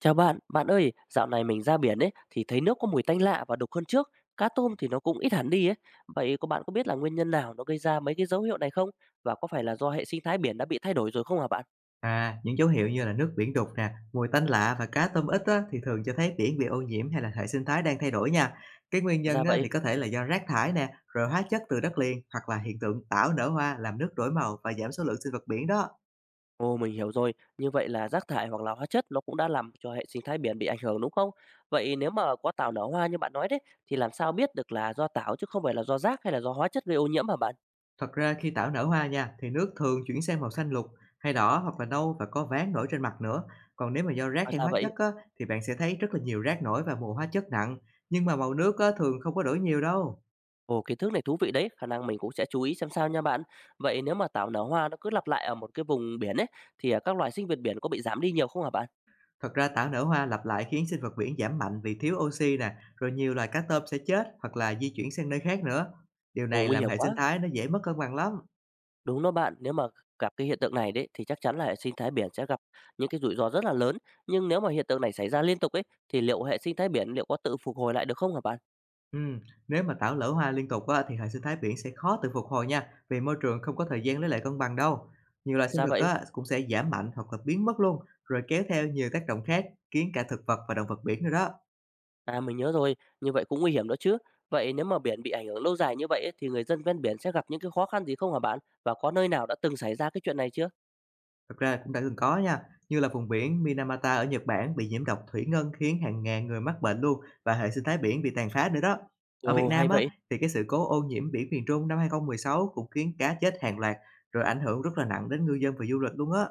Chào bạn, bạn ơi, dạo này mình ra biển ấy thì thấy nước có mùi tanh lạ và đục hơn trước, cá tôm thì nó cũng ít hẳn đi ấy. Vậy có bạn có biết là nguyên nhân nào nó gây ra mấy cái dấu hiệu này không? Và có phải là do hệ sinh thái biển đã bị thay đổi rồi không hả bạn? À, những dấu hiệu như là nước biển đục nè, mùi tanh lạ và cá tôm ít á, thì thường cho thấy biển bị ô nhiễm hay là hệ sinh thái đang thay đổi nha. Cái nguyên nhân Ra á, vậy, thì có thể là do rác thải nè, rồi hóa chất từ đất liền hoặc là hiện tượng tảo nở hoa làm nước đổi màu và giảm số lượng sinh vật biển đó. ồ mình hiểu rồi, như vậy là rác thải hoặc là hóa chất nó cũng đã làm cho hệ sinh thái biển bị ảnh hưởng đúng không? Vậy nếu mà có tảo nở hoa như bạn nói đấy thì làm sao biết được là do tảo chứ không phải là do rác hay là do hóa chất gây ô nhiễm hả bạn? Thật ra khi tảo nở hoa nha, thì nước thường chuyển sang màu xanh lục hay đỏ hoặc là nâu, và có váng nổi trên mặt nữa. Còn nếu mà do rác À, hay ra hóa chất vậy. á, thì bạn sẽ thấy rất là nhiều rác nổi và mùi hóa chất nặng. Nhưng mà màu nước á, thường không có đổi nhiều đâu. Ồ, kiến thức này thú vị đấy, khả năng mình cũng sẽ chú ý xem sao nha bạn. Vậy nếu mà tảo nở hoa nó cứ lặp lại ở một cái vùng biển ấy, thì các loài sinh vật biển có bị giảm đi nhiều không hả bạn? Thật ra tảo nở hoa lặp lại khiến sinh vật biển giảm mạnh vì thiếu oxy nè, rồi nhiều loài cá tôm sẽ chết hoặc là di chuyển sang nơi khác nữa. Điều Ồ, này nguy làm hiểm hệ sinh quá. thái nó dễ mất cân bằng lắm. Đúng đó bạn, nếu mà gặp cái hiện tượng này đấy thì chắc chắn là hệ sinh thái biển sẽ gặp những cái rủi ro rất là lớn. Nhưng nếu mà hiện tượng này xảy ra liên tục ấy, thì liệu hệ sinh thái biển liệu có tự phục hồi lại được không hả bạn? Ừm, Nếu mà tảo lỡ hoa liên tục á, thì hệ sinh thái biển sẽ khó tự phục hồi nha, vì môi trường không có thời gian lấy lại cân bằng đâu. Nhiều loài sinh Ra vật vậy, á, cũng sẽ giảm mạnh hoặc là biến mất luôn, rồi kéo theo nhiều tác động khác, khiến cả thực vật và động vật biển nữa đó. à mình nhớ rồi, như vậy cũng nguy hiểm đó chứ. Vậy nếu mà biển bị ảnh hưởng lâu dài như vậy ấy, thì người dân ven biển sẽ gặp những cái khó khăn gì không hả bạn? Và có nơi nào đã từng xảy ra cái chuyện này chưa? Thật ra cũng đã từng có nha, như là vùng biển Minamata ở Nhật Bản bị nhiễm độc thủy ngân, khiến hàng ngàn người mắc bệnh luôn và hệ sinh thái biển bị tàn phá nữa đó. Ở Việt Ồ, Nam hay á, vậy. thì cái sự cố ô nhiễm biển miền Trung năm 2016 cũng khiến cá chết hàng loạt, rồi ảnh hưởng rất là nặng đến ngư dân và du lịch luôn á.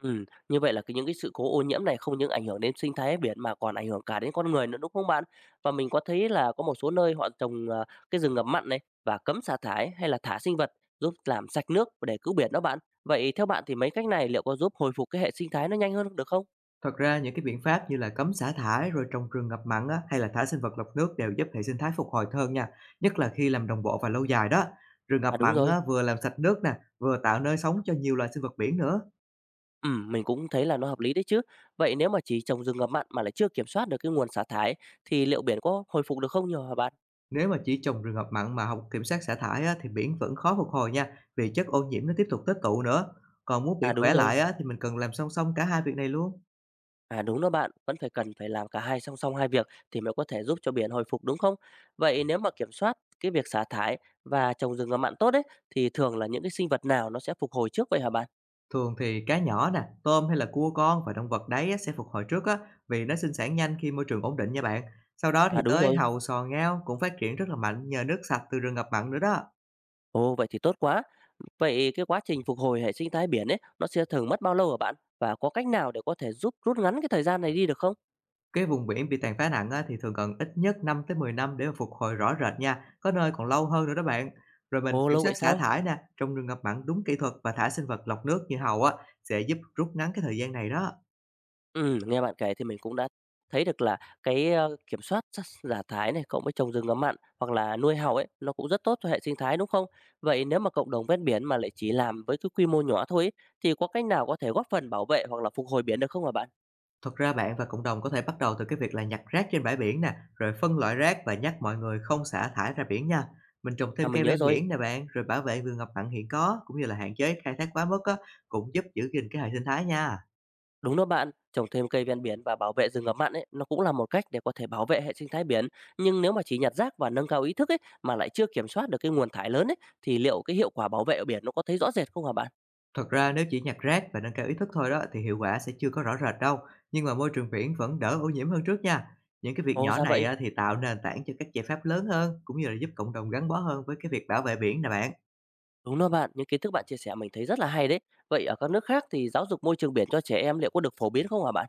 Như vậy là cái những cái sự cố ô nhiễm này không những ảnh hưởng đến sinh thái biển mà còn ảnh hưởng cả đến con người nữa, đúng không bạn? Và mình có thấy là có một số nơi họ trồng, cái rừng ngập mặn này và cấm xả thải hay là thả sinh vật giúp làm sạch nước để cứu biển đó bạn. Vậy theo bạn thì mấy cách này liệu có giúp hồi phục cái hệ sinh thái nó nhanh hơn được không? Thật ra những cái biện pháp như là cấm xả thải, rồi trồng rừng ngập mặn á, hay là thả sinh vật lọc nước, đều giúp hệ sinh thái phục hồi hơn nha, nhất là khi làm đồng bộ và lâu dài đó. Rừng ngập À đúng mặn rồi, á, vừa làm sạch nước nè, vừa tạo nơi sống cho nhiều loài sinh vật biển nữa. Mình cũng thấy là nó hợp lý đấy chứ. Vậy nếu mà chỉ trồng rừng ngập mặn mà lại chưa kiểm soát được cái nguồn xả thải thì liệu biển có hồi phục được không nhờ hả bạn? Nếu mà chỉ trùng trường hợp mặn mà không kiểm soát xả thải á, thì biển vẫn khó phục hồi nha, vì chất ô nhiễm nó tiếp tục tích tụ nữa. Còn muốn biển À đúng khỏe rồi. lại á, thì mình cần làm song song cả hai việc này luôn. À đúng đó bạn, vẫn phải cần phải làm cả hai song song hai việc thì mới có thể giúp cho biển hồi phục đúng không? Vậy nếu mà kiểm soát cái việc xả thải và trồng rừng ngập mặn tốt ấy thì thường là những cái sinh vật nào nó sẽ phục hồi trước vậy hả bạn? Thường thì cá nhỏ nè, tôm hay là cua con và động vật đáy á, sẽ phục hồi trước á, vì nó sinh sản nhanh khi môi trường ổn định nha bạn. Sau đó thì À đúng tới rồi. hàu, sò, ngao cũng phát triển rất là mạnh nhờ nước sạch từ rừng ngập mặn nữa đó. Ồ vậy thì tốt quá. Vậy cái quá trình phục hồi hệ sinh thái biển ấy nó sẽ thường mất bao lâu hả bạn? Và có cách nào để có thể giúp rút ngắn cái thời gian này đi được không? Cái vùng biển bị tàn phá nặng á, thì thường cần ít nhất 5 tới 10 năm để mà phục hồi rõ rệt nha, có nơi còn lâu hơn nữa đó bạn. Rồi mình Ồ kiểm lâu soát vậy xả sao? thải nè, trồng rừng ngập mặn đúng kỹ thuật và thả sinh vật lọc nước như hầu á, sẽ giúp rút ngắn cái thời gian này đó. Nghe bạn kể thì mình cũng đã thấy được là kiểm soát sát giả thái này, cộng với trồng rừng ngắm mặn hoặc là nuôi hàu ấy, nó cũng rất tốt cho hệ sinh thái, đúng không? Vậy nếu mà cộng đồng ven biển mà lại chỉ làm với cái quy mô nhỏ thôi ấy, thì có cách nào có thể góp phần bảo vệ hoặc là phục hồi biển được không hả bạn? Thật ra bạn và cộng đồng có thể bắt đầu từ cái việc là nhặt rác trên bãi biển nè, rồi phân loại rác và nhắc mọi người không xả thải ra biển nha. Mình trồng thêm À, mình cây nhớ ven rồi, biển nè bạn, rồi bảo vệ vườn ngập mặn hiện có, cũng như là hạn chế khai thác quá mức á, cũng giúp giữ gìn cái hệ sinh thái nha. đúng đó bạn, trồng thêm cây ven biển và bảo vệ rừng ngập mặn ấy, nó cũng là một cách để có thể bảo vệ hệ sinh thái biển. Nhưng nếu mà chỉ nhặt rác và nâng cao ý thức ấy, mà lại chưa kiểm soát được cái nguồn thải lớn ấy, thì liệu cái hiệu quả bảo vệ ở biển nó có thấy rõ rệt không hả bạn? Thật ra nếu chỉ nhặt rác và nâng cao ý thức thôi đó, thì hiệu quả sẽ chưa có rõ rệt đâu, nhưng mà môi trường biển vẫn đỡ ô nhiễm hơn trước nha. Những cái việc Ồ, nhỏ ra này vậy? á, thì tạo nền tảng cho các giải pháp lớn hơn, cũng như là giúp cộng đồng gắn bó hơn với cái việc bảo vệ biển nè bạn. Đúng đó bạn, những kiến thức bạn chia sẻ mình thấy rất là hay đấy. Vậy ở các nước khác thì giáo dục môi trường biển cho trẻ em liệu có được phổ biến không hả bạn?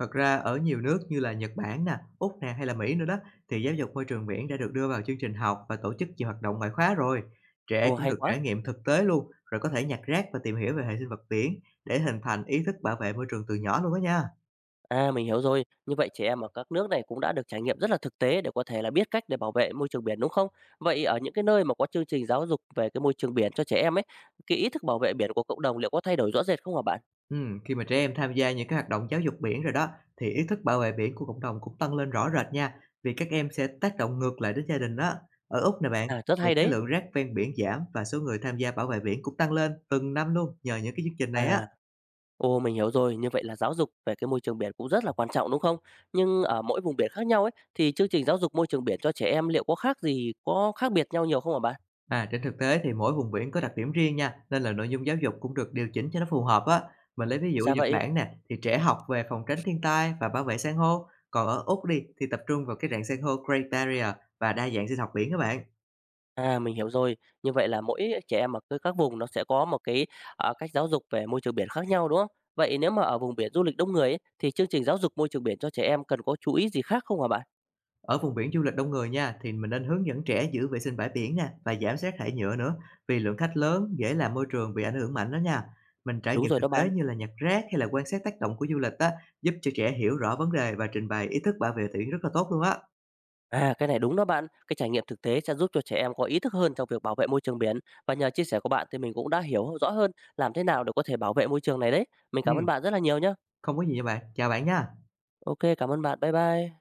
Thật ra ở nhiều nước như là Nhật Bản nè, Úc nè hay là Mỹ nữa đó, thì giáo dục môi trường biển đã được đưa vào chương trình học và tổ chức nhiều hoạt động ngoại khóa rồi. Trẻ Ồ cũng hay được trải quá. nghiệm thực tế luôn, rồi có thể nhặt rác và tìm hiểu về hệ sinh vật biển để hình thành ý thức bảo vệ môi trường từ nhỏ luôn đó nha. À mình hiểu rồi. Như vậy trẻ em ở các nước này cũng đã được trải nghiệm rất là thực tế để có thể là biết cách để bảo vệ môi trường biển đúng không? Vậy ở những cái nơi mà có chương trình giáo dục về cái môi trường biển cho trẻ em ấy, cái ý thức bảo vệ biển của cộng đồng liệu có thay đổi rõ rệt không hả bạn? Khi mà trẻ em tham gia những cái hoạt động giáo dục biển rồi đó, thì ý thức bảo vệ biển của cộng đồng cũng tăng lên rõ rệt nha, vì các em sẽ tác động ngược lại đến gia đình đó. Ở Úc nè bạn, À rất thì hay cái đấy. lượng rác ven biển giảm và số người tham gia bảo vệ biển cũng tăng lên từng năm luôn nhờ những cái chương trình này á. À Ồ, mình hiểu rồi, như vậy là giáo dục về cái môi trường biển cũng rất là quan trọng, đúng không? Nhưng ở mỗi vùng biển khác nhau ấy, thì chương trình giáo dục môi trường biển cho trẻ em liệu có có khác biệt nhau nhiều không hả bạn? À, trên thực tế thì mỗi vùng biển có đặc điểm riêng nha, nên là nội dung giáo dục cũng được điều chỉnh cho nó phù hợp á. Mình lấy ví dụ ở Dạ Nhật vậy, Bản nè, thì trẻ học về phòng tránh thiên tai và bảo vệ san hô, còn ở Úc đi thì tập trung vào cái rạn san hô Great Barrier và đa dạng sinh học biển các bạn. à mình hiểu rồi, như vậy là mỗi trẻ em ở các vùng nó sẽ có một cách giáo dục về môi trường biển khác nhau, đúng không? Vậy nếu mà ở vùng biển du lịch đông người ấy, thì chương trình giáo dục môi trường biển cho trẻ em cần có chú ý gì khác không hả bạn? Ở vùng biển du lịch đông người nha, thì mình nên hướng dẫn trẻ giữ vệ sinh bãi biển nè và giảm rác thải nhựa nữa, vì lượng khách lớn dễ làm môi trường bị ảnh hưởng mạnh đó nha. Mình trải Đúng nghiệm rồi thực đó tế bạn. như là nhặt rác hay là quan sát tác động của du lịch á, giúp cho trẻ hiểu rõ vấn đề và trình bày ý thức bảo vệ biển rất là tốt luôn á. À, cái này đúng đó bạn. Cái trải nghiệm thực tế sẽ giúp cho trẻ em có ý thức hơn trong việc bảo vệ môi trường biển. Và nhờ chia sẻ của bạn thì mình cũng đã hiểu rõ hơn làm thế nào để có thể bảo vệ môi trường này đấy. Mình cảm ơn Ừm, bạn rất là nhiều nhé. Không có gì nha bạn. Chào bạn nha. Ok, cảm ơn bạn. Bye bye.